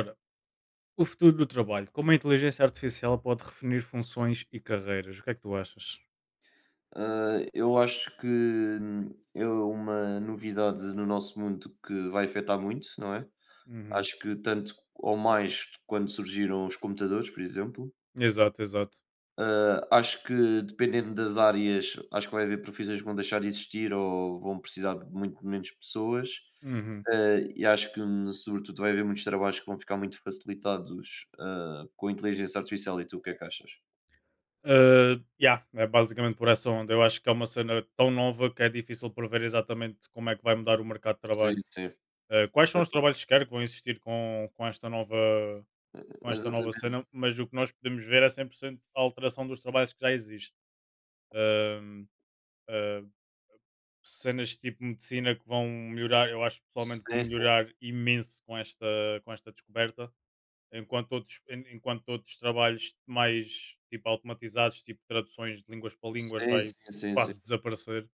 Ora, o futuro do trabalho. Como a inteligência artificial pode redefinir funções e carreiras? O que é que tu achas? Eu acho que é uma novidade no nosso mundo que vai afetar muito, não é? Uhum. Acho que tanto ou mais quando surgiram os computadores, por exemplo. Exato, exato. Acho que dependendo das áreas, acho que vai haver profissões que vão deixar de existir ou vão precisar de muito menos pessoas. Uhum. E acho que, sobretudo, vai haver muitos trabalhos que vão ficar muito facilitados, com a inteligência artificial. E tu, o que é que achas? Yeah, é basicamente por essa onda. Eu acho que é uma cena tão nova que é difícil prever exatamente como é que vai mudar o mercado de Sim, trabalho. sim. Quais são Pois, os trabalhos que quer que vão existir com esta nova, com esta nova exatamente. cena, mas o que nós podemos ver é 100% a alteração dos trabalhos que já existem. Ah, ah, Cenas tipo medicina que vão melhorar, eu acho pessoalmente que vão Sim, sim. melhorar imenso com esta descoberta, enquanto outros trabalhos mais tipo automatizados, tipo traduções de línguas para línguas, Sim, vai sim, sim, sim. quase desaparecer.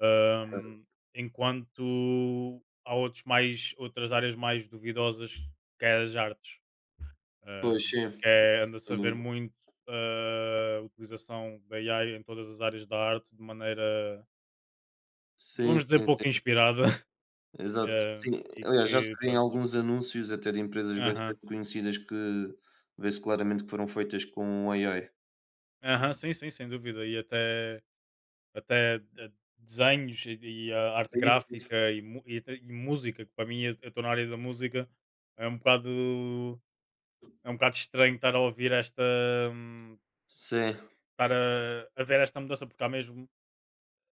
Ahm, Enquanto há outros mais, outras áreas mais duvidosas, que é as artes, Pois, ahm, sim. que é, anda-se a ver Hum. muito a utilização da AI em todas as áreas da arte de maneira, Sim, vamos dizer, sim, pouco sim. inspirada. Exato. Sim, E aliás, já se que vê em pronto. alguns anúncios, até de empresas Aham. bastante conhecidas, que vê-se claramente que foram feitas com AI. Aham, sim, sim, sem dúvida. E até, até desenhos e a arte Sim, sim. gráfica e e música, que para mim eu estou na área da música, é um bocado é um bocado estranho estar a ouvir esta hum, Sim. estar a ver esta mudança, porque há mesmo,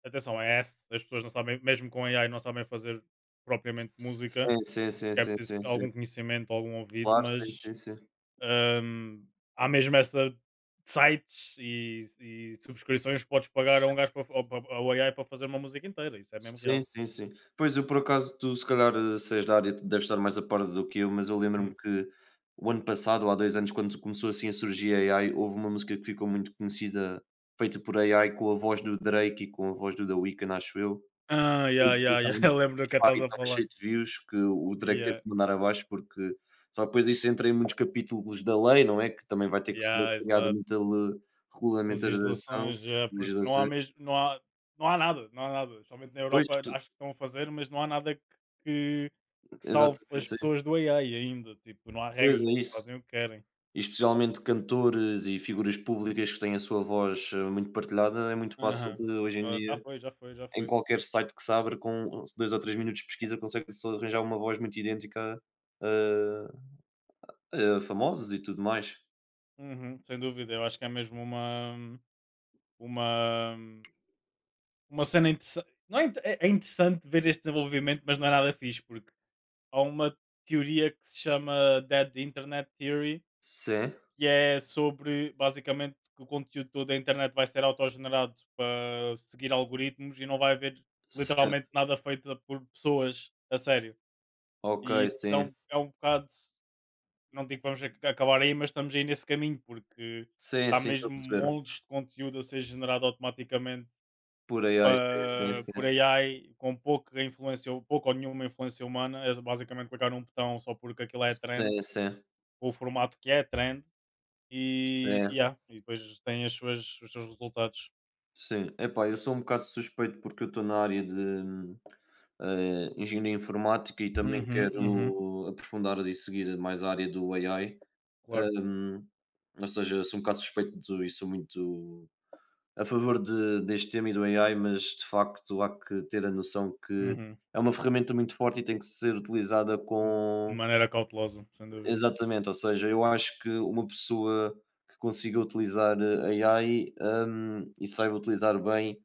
atenção, as pessoas não sabem, mesmo com AI não sabem fazer propriamente música, Sim, sim, sim, é sim, preciso sim, sim. algum conhecimento, algum ouvido, Claro, sim, mas sim, sim. Ahm, há mesmo essa de sites e subscrições que podes pagar a um gajo para, ao AI para fazer uma música inteira. Isso é mesmo Sim, real. sim, sim. Pois, eu por acaso, tu se calhar, se és da área, deves estar mais a par do que eu, mas eu lembro-me Hum. que o ano passado, ou há 2 anos, quando começou assim a surgir a AI, houve uma música que ficou muito conhecida, feita por AI, com a voz do Drake e com a voz do The Weeknd, acho eu. Ah, Eu yeah, eu yeah, estava yeah. no Eu lembro do que Spotify e estás a estava falar. cheio de views, que o Drake teve Yeah, que mandar abaixo, porque só depois disso entra em muitos capítulos da lei, não é? Que também vai ter que ser yeah, criada exato. muita regulamentação, Legislações, yeah, porque não há legislações. mesmo, não há nada, não há nada. Somente na Pois, Europa acho que estão a fazer, mas não há nada que salve exatamente, as sim. pessoas do AI ainda. Tipo, não há Pois regras, as é pessoas isso. fazem o que querem. E especialmente cantores e figuras públicas que têm a sua voz, muito partilhada, é muito fácil Aham. de hoje em Ah, já dia, foi, já foi, já em foi. qualquer site que se abre com 2 ou 3 minutos de pesquisa consegue-se arranjar uma voz muito idêntica a famosos e tudo mais. Uhum, sem dúvida, eu acho que é mesmo uma, uma cena interessante. Não é, é é interessante ver este desenvolvimento, mas não é nada fixe, porque há uma teoria que se chama Dead Internet Theory, Sim, que é sobre basicamente que o conteúdo todo da internet vai ser autogenerado para seguir algoritmos e não vai haver sim. literalmente nada feito por pessoas a sério. Ok, E isso sim. É um bocado. Não digo que vamos acabar aí, mas estamos aí nesse caminho, porque Sim, está sim, estou a mesmo perceber. montes de conteúdo a ser generado automaticamente Por AI, sim, sim, por sim. AI, com pouca influência, pouca ou nenhuma influência humana, é basicamente clicar num botão só porque aquilo é trend, Sim, sim. ou o formato que é trend, Sim. E depois tem as suas, os seus resultados. Sim, epá, eu sou um bocado suspeito porque eu estou na área de engenharia informática e também Uhum, uhum, quero aprofundar e seguir mais a área do AI. claro. Hum, ou seja, sou um bocado suspeito e sou muito a favor deste tema e do AI, mas de facto há que ter a noção que Uhum. é uma ferramenta muito forte e tem que ser utilizada De com. maneira cautelosa, sem dúvida. Exatamente, ou seja, eu acho que uma pessoa que consiga utilizar AI e saiba utilizar bem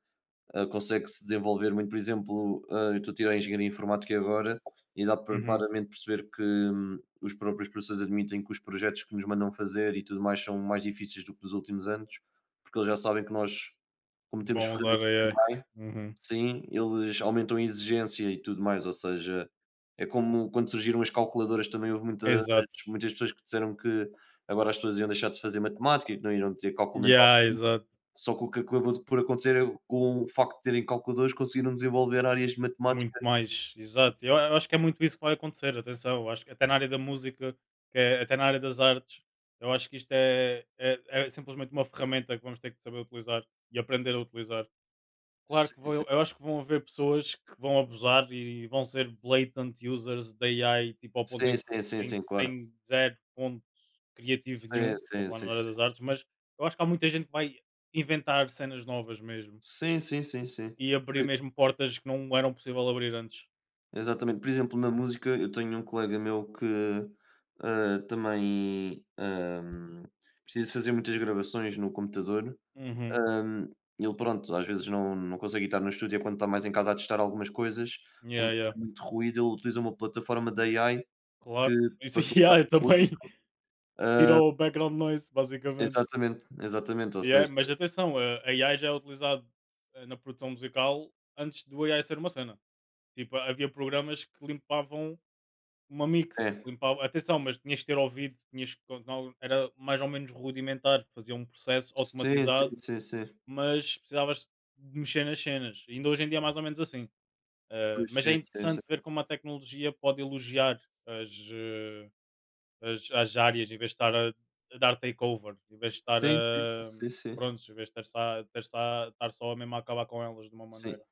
consegue-se desenvolver muito. Por exemplo, eu estou a tirar a engenharia informática agora e dá para Uhum. claramente perceber que os próprios professores admitem que os projetos que nos mandam fazer e tudo mais são mais difíceis do que dos últimos anos, porque eles já sabem que nós, como temos Bom usar ferramentas AI. de AI, Uhum. sim, eles aumentam a exigência e tudo mais, ou seja, é como quando surgiram as calculadoras também houve Exato. muitas pessoas que disseram que agora as pessoas iam deixar de fazer matemática, que não iriam ter cálculo mental Yeah, exato. só que o que acabou por acontecer é com o facto de terem calculadores conseguiram desenvolver áreas de Muito matemática. mais, exato. Eu acho que é muito isso que vai acontecer, atenção. Eu acho que até na área da música, até na área das artes, eu acho que isto é simplesmente uma ferramenta que vamos ter que saber utilizar e aprender a utilizar. Claro Sim, que vão, sim. eu acho que vão haver pessoas que vão abusar e vão ser blatant users da AI, tipo ao ponto Sim, sim, sim, em sim, que claro. tem zero ponto criativo Sim, nenhum, estou sim, falando sim, na área sim. das artes, mas eu acho que há muita gente que vai inventar cenas novas mesmo Sim, sim, sim, sim. e abrir Por mesmo portas que não eram possível abrir antes. exatamente. Por exemplo, na música, eu tenho um colega meu que, hã, também, hã, precisa fazer muitas gravações no computador. Uhum. Hã, ele, pronto, às vezes não consegue estar no estúdio, é quando está mais em casa a testar algumas coisas, como Yeah, yeah, tem muito ruído, ele utiliza uma plataforma de AI que claro. Isso para filtrar yeah, eu o também ruído. tira Ah, o background noise, basicamente. exatamente, exatamente, ou Yeah, seja mas atenção, a AI já é utilizado na produção musical antes do AI ser uma cena. Tipo, havia programas que limpavam uma mix, é. limpavam, atenção, mas tinhas que ter ouvido, tinhas que, não, era mais ou menos rudimentar, fazia um processo Sim, automatizado, sim, sim, sim. mas precisavas de mexer nas cenas. Ainda hoje em dia é mais ou menos assim. Pois, Mas é sim, sim, interessante ver sim. como a tecnologia pode elogiar as, as áreas, em vez de estar a dar takeover, em vez de estar Sim, sim, a. sim, sim, sim. Prontos, em vez de estar só a mesmo a acabar com elas de uma Sim. maneira.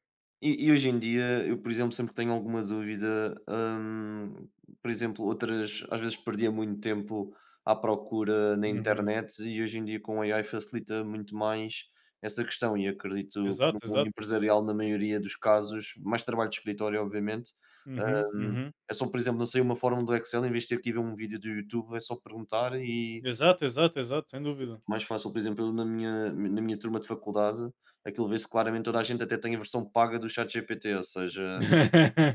E hoje em dia eu, por exemplo, sempre que tenho alguma dúvida, por exemplo, outras às vezes perdia muito tempo à procura na Uhum. internet e hoje em dia com a AI facilita muito mais essa questão e acredito que Exato, no mundo exato. empresarial, na maioria dos casos, mais trabalho de escritório, obviamente, Uhum, hum, uhum. é só, por exemplo, não sei uma fórmula do Excel, em vez de ter que ir ver um vídeo do YouTube, é só perguntar e Exato, exato, exato, sem dúvida. mais fácil, por exemplo, eu na minha turma de faculdade, aquilo vê-se claramente toda a gente até tem a versão paga do ChatGPT, ou seja,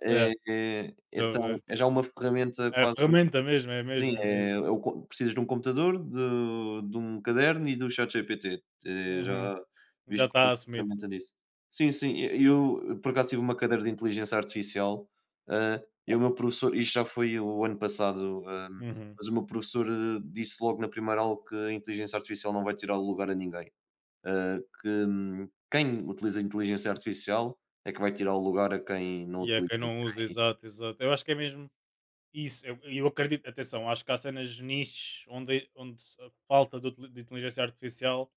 é É, é é estou a tão ver. é já uma ferramenta É a quase. ferramenta mesmo, é mesmo, Sim, é é mesmo. eu co precisas de um computador, de um caderno e do ChatGPT. Uhum. Já Já viste como está uma assumido. ferramenta disso. Sim, sim, e eu, por acaso tive uma cadeira de inteligência artificial, e o meu professor isto já foi o ano passado, Uhum. mas o meu professor disse logo na primeira aula que a inteligência artificial não vai tirar o lugar a ninguém. Hã, que quem utiliza a inteligência artificial é que vai tirar o lugar a quem não E é utiliza quem quem não usa, exato, exato. Eu acho que é mesmo isso. Eu acredito, atenção, acho que há cenas niches onde a falta de, de inteligência artificial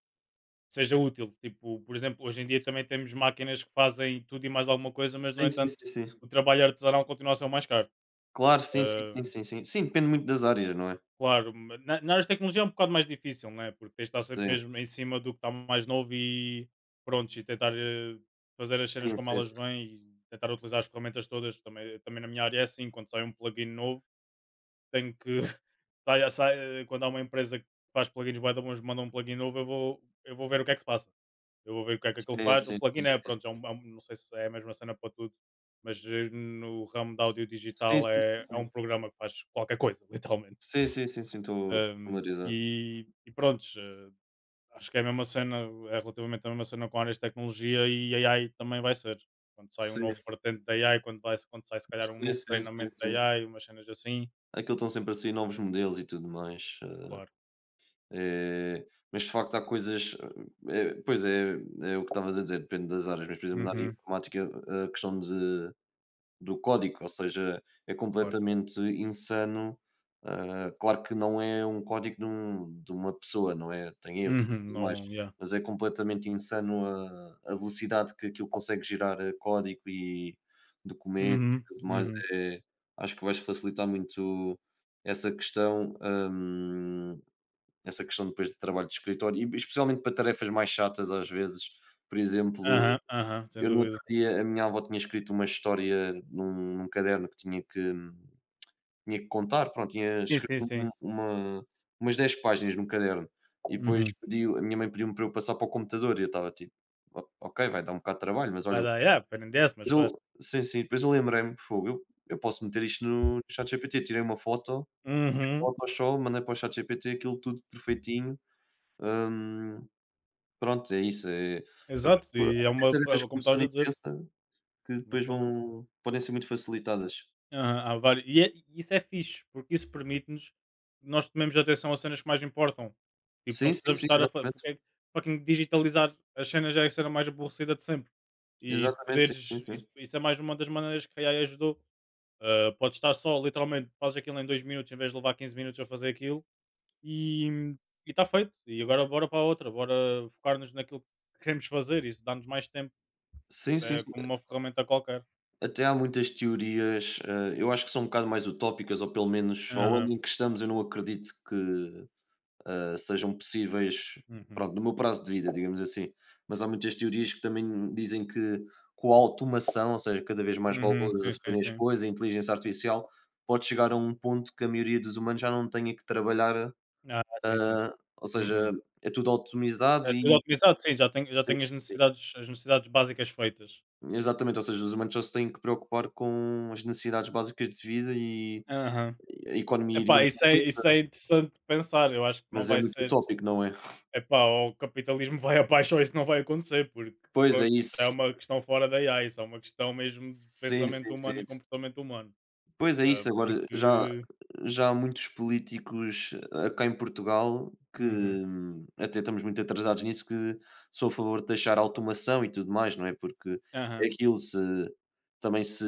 seja útil. Tipo, por exemplo, hoje em dia também temos máquinas que fazem tudo e mais alguma coisa, mas, no sim, sim, entanto, sim, sim. o trabalho artesanal continua a ser o mais caro. Claro, sim, sim, sim, Ahm, sim, sim. Sim, depende muito das áreas, não é? Claro, na área de tecnologia é um bocado mais difícil, né? Porque tens de estar sempre Sim. mesmo em cima do que está mais novo e pronto, e tentar fazer as cenas Sim, como sim, sim. elas vêm e tentar utilizar as ferramentas todas. Também, também na minha área é assim, quando sai um plugin novo tenho que quando há uma empresa que faz plugins bué da bons, manda um plugin novo, eu vou ver o que é que se passa. Eu vou ver o que é que aquilo Sim, faz. Um sim, sim, plugin é, sim. pronto, já é não sei se é a mesma cena para tudo, mas no ramo da áudio Sim, digital sim, sim, é, é sim. um programa que faz qualquer coisa, literalmente. Sim, sim, sim, sim, estou familiarizado. e, pronto, acho que é a mesma cena, é relativamente a mesma cena com áreas de tecnologia e AI também vai ser. Quando sai um Sim, novo vertente da AI, quando sai se calhar um sim, novo sim, sim, treinamento da sim, sim. AI, umas cenas assim, Aquilo estão sempre a sair novos modelos e tudo mais, claro. Mas de facto há coisas, pois é, é o que estavas a dizer, depende das áreas, mas por exemplo na área Uhum. informática, a questão de do código, ou seja, é Claro. completamente insano. Claro que não é um código de uma pessoa, não é? Tem erros e Uhum. tudo mais, Não, yeah. mas é completamente insano a velocidade que aquilo consegue girar código e documentos e Uhum, tudo mais. uhum. É, acho que vais facilitar muito essa questão, hum, essa questão depois de trabalho de escritório, e especialmente para tarefas mais chatas às vezes, por exemplo, Aham, aham, sem eu no outro dúvida. dia, a minha avó tinha escrito uma história num caderno que tinha que contar, pronto, tinha Sim, escrito sim, sim. Umas 10 páginas num caderno e depois Uhum. pediu a minha mãe pediu-me para eu passar para o computador e eu estava tipo: "O ok, vai dar um bocado de trabalho, mas Vai olha o dar, que é". yeah, aprendeste, mas faz. Eu sim, sim, depois eu lembrei-me: "Fogo, eu posso meter isto no ChatGPT". Tirei uma foto, Uhum. Photoshop, mandei para o ChatGPT, aquilo tudo perfeitinho. Hum, pronto, é isso, é há Exato, e é muitas uma tarefas é que como uma pessoa estavas a nem dizer, pensa que uma depois ferramenta. vão podem ser muito facilitadas. Aham, há vári e é isso é fixe, porque isso permite-nos nós tomemos atenção às cenas que mais importam. Tipo, não Sim, sim, precisamos sim, estar a fa exatamente. porque é que fucking digitalizar as cenas já é a cena mais aborrecida de sempre. E Exatamente, sim, sim, poderes sim. isso isso é mais uma das maneiras que a AI ajudou. Podes estar só, literalmente, fazes aquilo em 2 minutos em vez de levar 15 minutos a fazer aquilo e está feito. E agora bora para a outra, bora focar-nos naquilo que queremos fazer. Isso dá-nos mais tempo. Sim, Isso sim, é sim. como uma ferramenta qualquer. Até há muitas teorias, eu acho que são um bocado mais utópicas ou pelo menos ao ano Aham. em que estamos eu não acredito que sejam possíveis, Uhum. pronto, no meu prazo de vida, digamos assim. Mas há muitas teorias que também dizem que com a automação, ou seja, cada vez mais Uhum. robôs a Sim, sim, fazerem as sim. coisas, a inteligência artificial, pode chegar a um ponto que a maioria dos humanos já não tenha que trabalhar. Ah, sim, sim, sim. Ah, ou Uhum. seja, é tudo autonomizado É tudo e otimizado, sim, já sim, tenho sim, as necessidades básicas feitas. exatamente, ou seja, os humanos só se têm que preocupar com as necessidades básicas de vida e Aham. a economia iria, Epá, isso é interessante de pensar. Eu acho que não mas é vai muito ser. utópico, não é? Epá, o capitalismo vai abaixo ou isso não vai acontecer, porque Pois é pronto, isso já isso. é uma questão fora da AI, isso é uma questão mesmo de Sim, pensamento sim, humano sim. e comportamento humano. Pois é Ah, isso, agora já porque. já há muitos políticos, cá em Portugal que, Uhum. hum, até estamos muito atrasados nisso, que sou a favor de deixar automação e tudo mais, não é, porque é Aham, aquilo se também se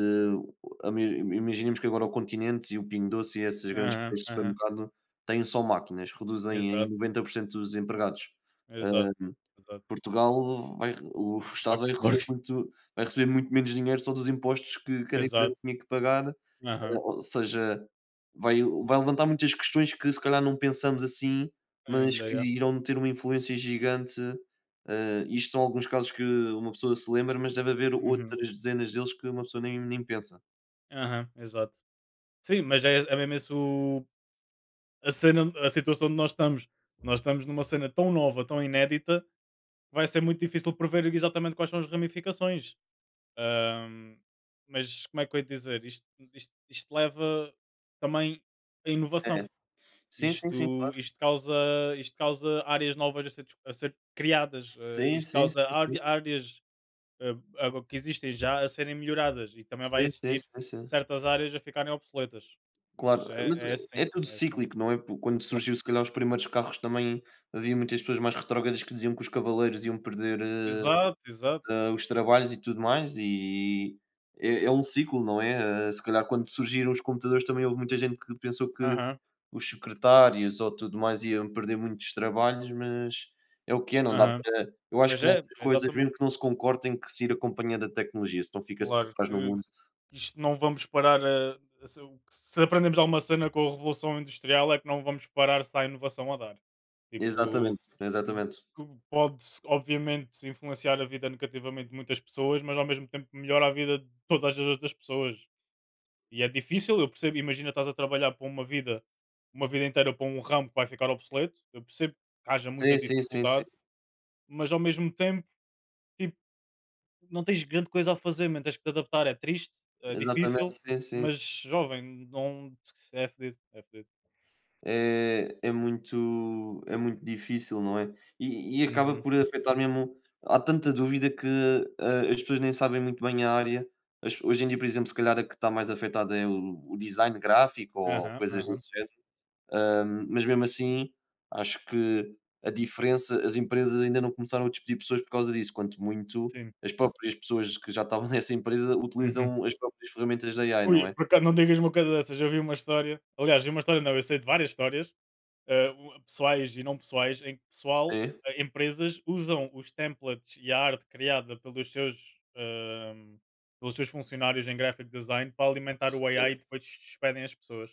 a me imaginemos que agora o Continente e o Pingo Doce e essas grandes cadeias aham, de aham. supermercado têm só máquinas, reduzem em Exato, 90% dos empregados. exato, Hã, exato. Portugal vai o Vai Estado com os porcos. Vai receber muito menos dinheiro só dos impostos que cada empresa Exato. tinha que pagar Aham. ou seja, vai levantar muitas questões que se calhar não pensamos assim, mas Ainda que é. irão ter uma influência gigante. Isto são alguns casos que uma pessoa se lembra, mas deve haver Uhum. outras dezenas deles que uma pessoa nem pensa. Aham, exato. Sim, mas é, é mesmo isso a cena, a situação onde nós estamos. Nós estamos numa cena tão nova, tão inédita, que vai ser muito difícil prever exatamente quais são as ramificações. Ahm, mas como é que eu ia dizer? Isto leva também a inovação. É. Sim, sim, sim, claro. Isto causa áreas novas a ser, a ser criadas, Sim, isto sim, sim, causa sim. Áreas eh, agora que existem já a serem melhoradas e também vai Sim, sim, existir sim, sim. certas áreas a ficarem obsoletas. Mas Claro, é, mas é é assim, tudo é assim. cíclico, não é? Por quando Claro. surgiu se calhar os primeiros carros também, havia muitas pessoas mais retrógradas que diziam que os cavaleiros iam perder, Exato, exato. Os trabalhos e tudo mais, e é, é um ciclo, não é? Se calhar quando surgiram os computadores também houve muita gente que pensou que Aham, os secretários ou tudo mais iam perder muitos trabalhos, mas é o que é, não dá aham. para. Eu acho Mas que é, é nestas coisas, mesmo exatamente. que não se concordem, que se ir acompanhando a tecnologia, senão fica-se para Claro trás no que mundo. isto não vamos parar a se o que se aprendemos alguma cena com a Revolução Industrial é que não vamos parar se há inovação a dar. Tipo, Exatamente, hum, exatamente. que pode obviamente influenciar a vida negativamente de muitas pessoas, mas ao mesmo tempo melhora a vida de todas as outras pessoas. E é difícil, eu percebo. Imagina estás a trabalhar para uma vida inteira para um ramo que vai ficar obsoleto. Eu percebo que haja muita Sim, sim, sim, sim. dificuldade, mas ao mesmo tempo, tipo não tens grande coisa a fazer, man, tens que te adaptar. É triste, é Exatamente, difícil, sim, sim. mas jovem, não é fedido, é fedido. É, é muito difícil, não é? E acaba Uhum. por afetar mesmo há tanta dúvida que, as pessoas nem sabem muito bem a área. As hoje em dia, por exemplo, se calhar a que está mais afetada é o design gráfico ou Aham, coisas aham, desse género, mas mesmo assim, acho que a diferença as empresas ainda não começaram a despedir pessoas por causa disso, quanto muito sim. as próprias pessoas que já estavam nessa empresa Uhum. utilizam as próprias ferramentas da AI, não Ui, é? por acaso não digas uma coisa dessas, eu vi uma história, aliás, vi uma história não, eu sei de várias histórias, pessoais e não pessoais, em que pessoal, Sim, empresas usam os templates e a arte criada pelos seus funcionários em graphic design para alimentar o sim. AI e depois despedem as pessoas.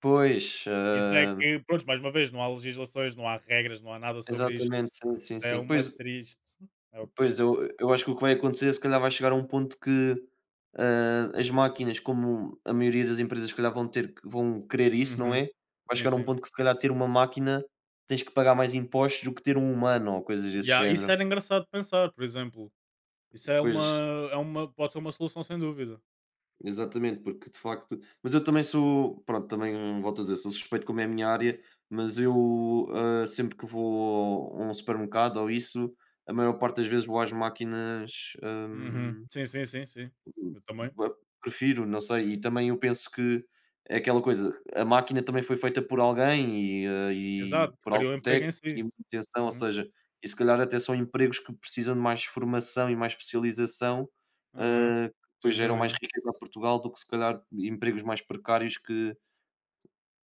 Pois, Isso é hum, que, pronto, mais uma vez, não há legislações, não há regras, não há nada sobre isto. exatamente, sim, sim, Isso é sim. uma triste. É o que é. Pois, eu acho que o que vai acontecer, se calhar vai chegar a um ponto que, as máquinas, como a maioria das empresas, se calhar vão querer isso, não Uhum. é? Vai Sim, chegar a um sim. ponto que se calhar ter uma máquina, tens que pagar mais impostos do que ter um humano ou coisas desse Ya, isso género. era engraçado de pensar, por exemplo. Isso é Pois, uma, é uma. Pode ser uma solução sem dúvida. exatamente, porque de facto mas eu também sou pronto, também volto a dizer, sou suspeito como é a minha área, mas eu, sempre que vou a um supermercado ou isso, a maior parte das vezes vou às máquinas, Uhum. hum. Sim, sim, sim, sim. Hum, Eu também. prefiro, não sei, e também eu penso que é aquela coisa, a máquina também foi feita por alguém e Exato, por criou um algum emprego em técnico si. e manutenção, ou Uhum. seja, e se calhar até são empregos que precisam de mais formação e mais especialização, Aham. Que depois Sem geram mais dúvida. riqueza a Portugal do que se calhar empregos mais precários que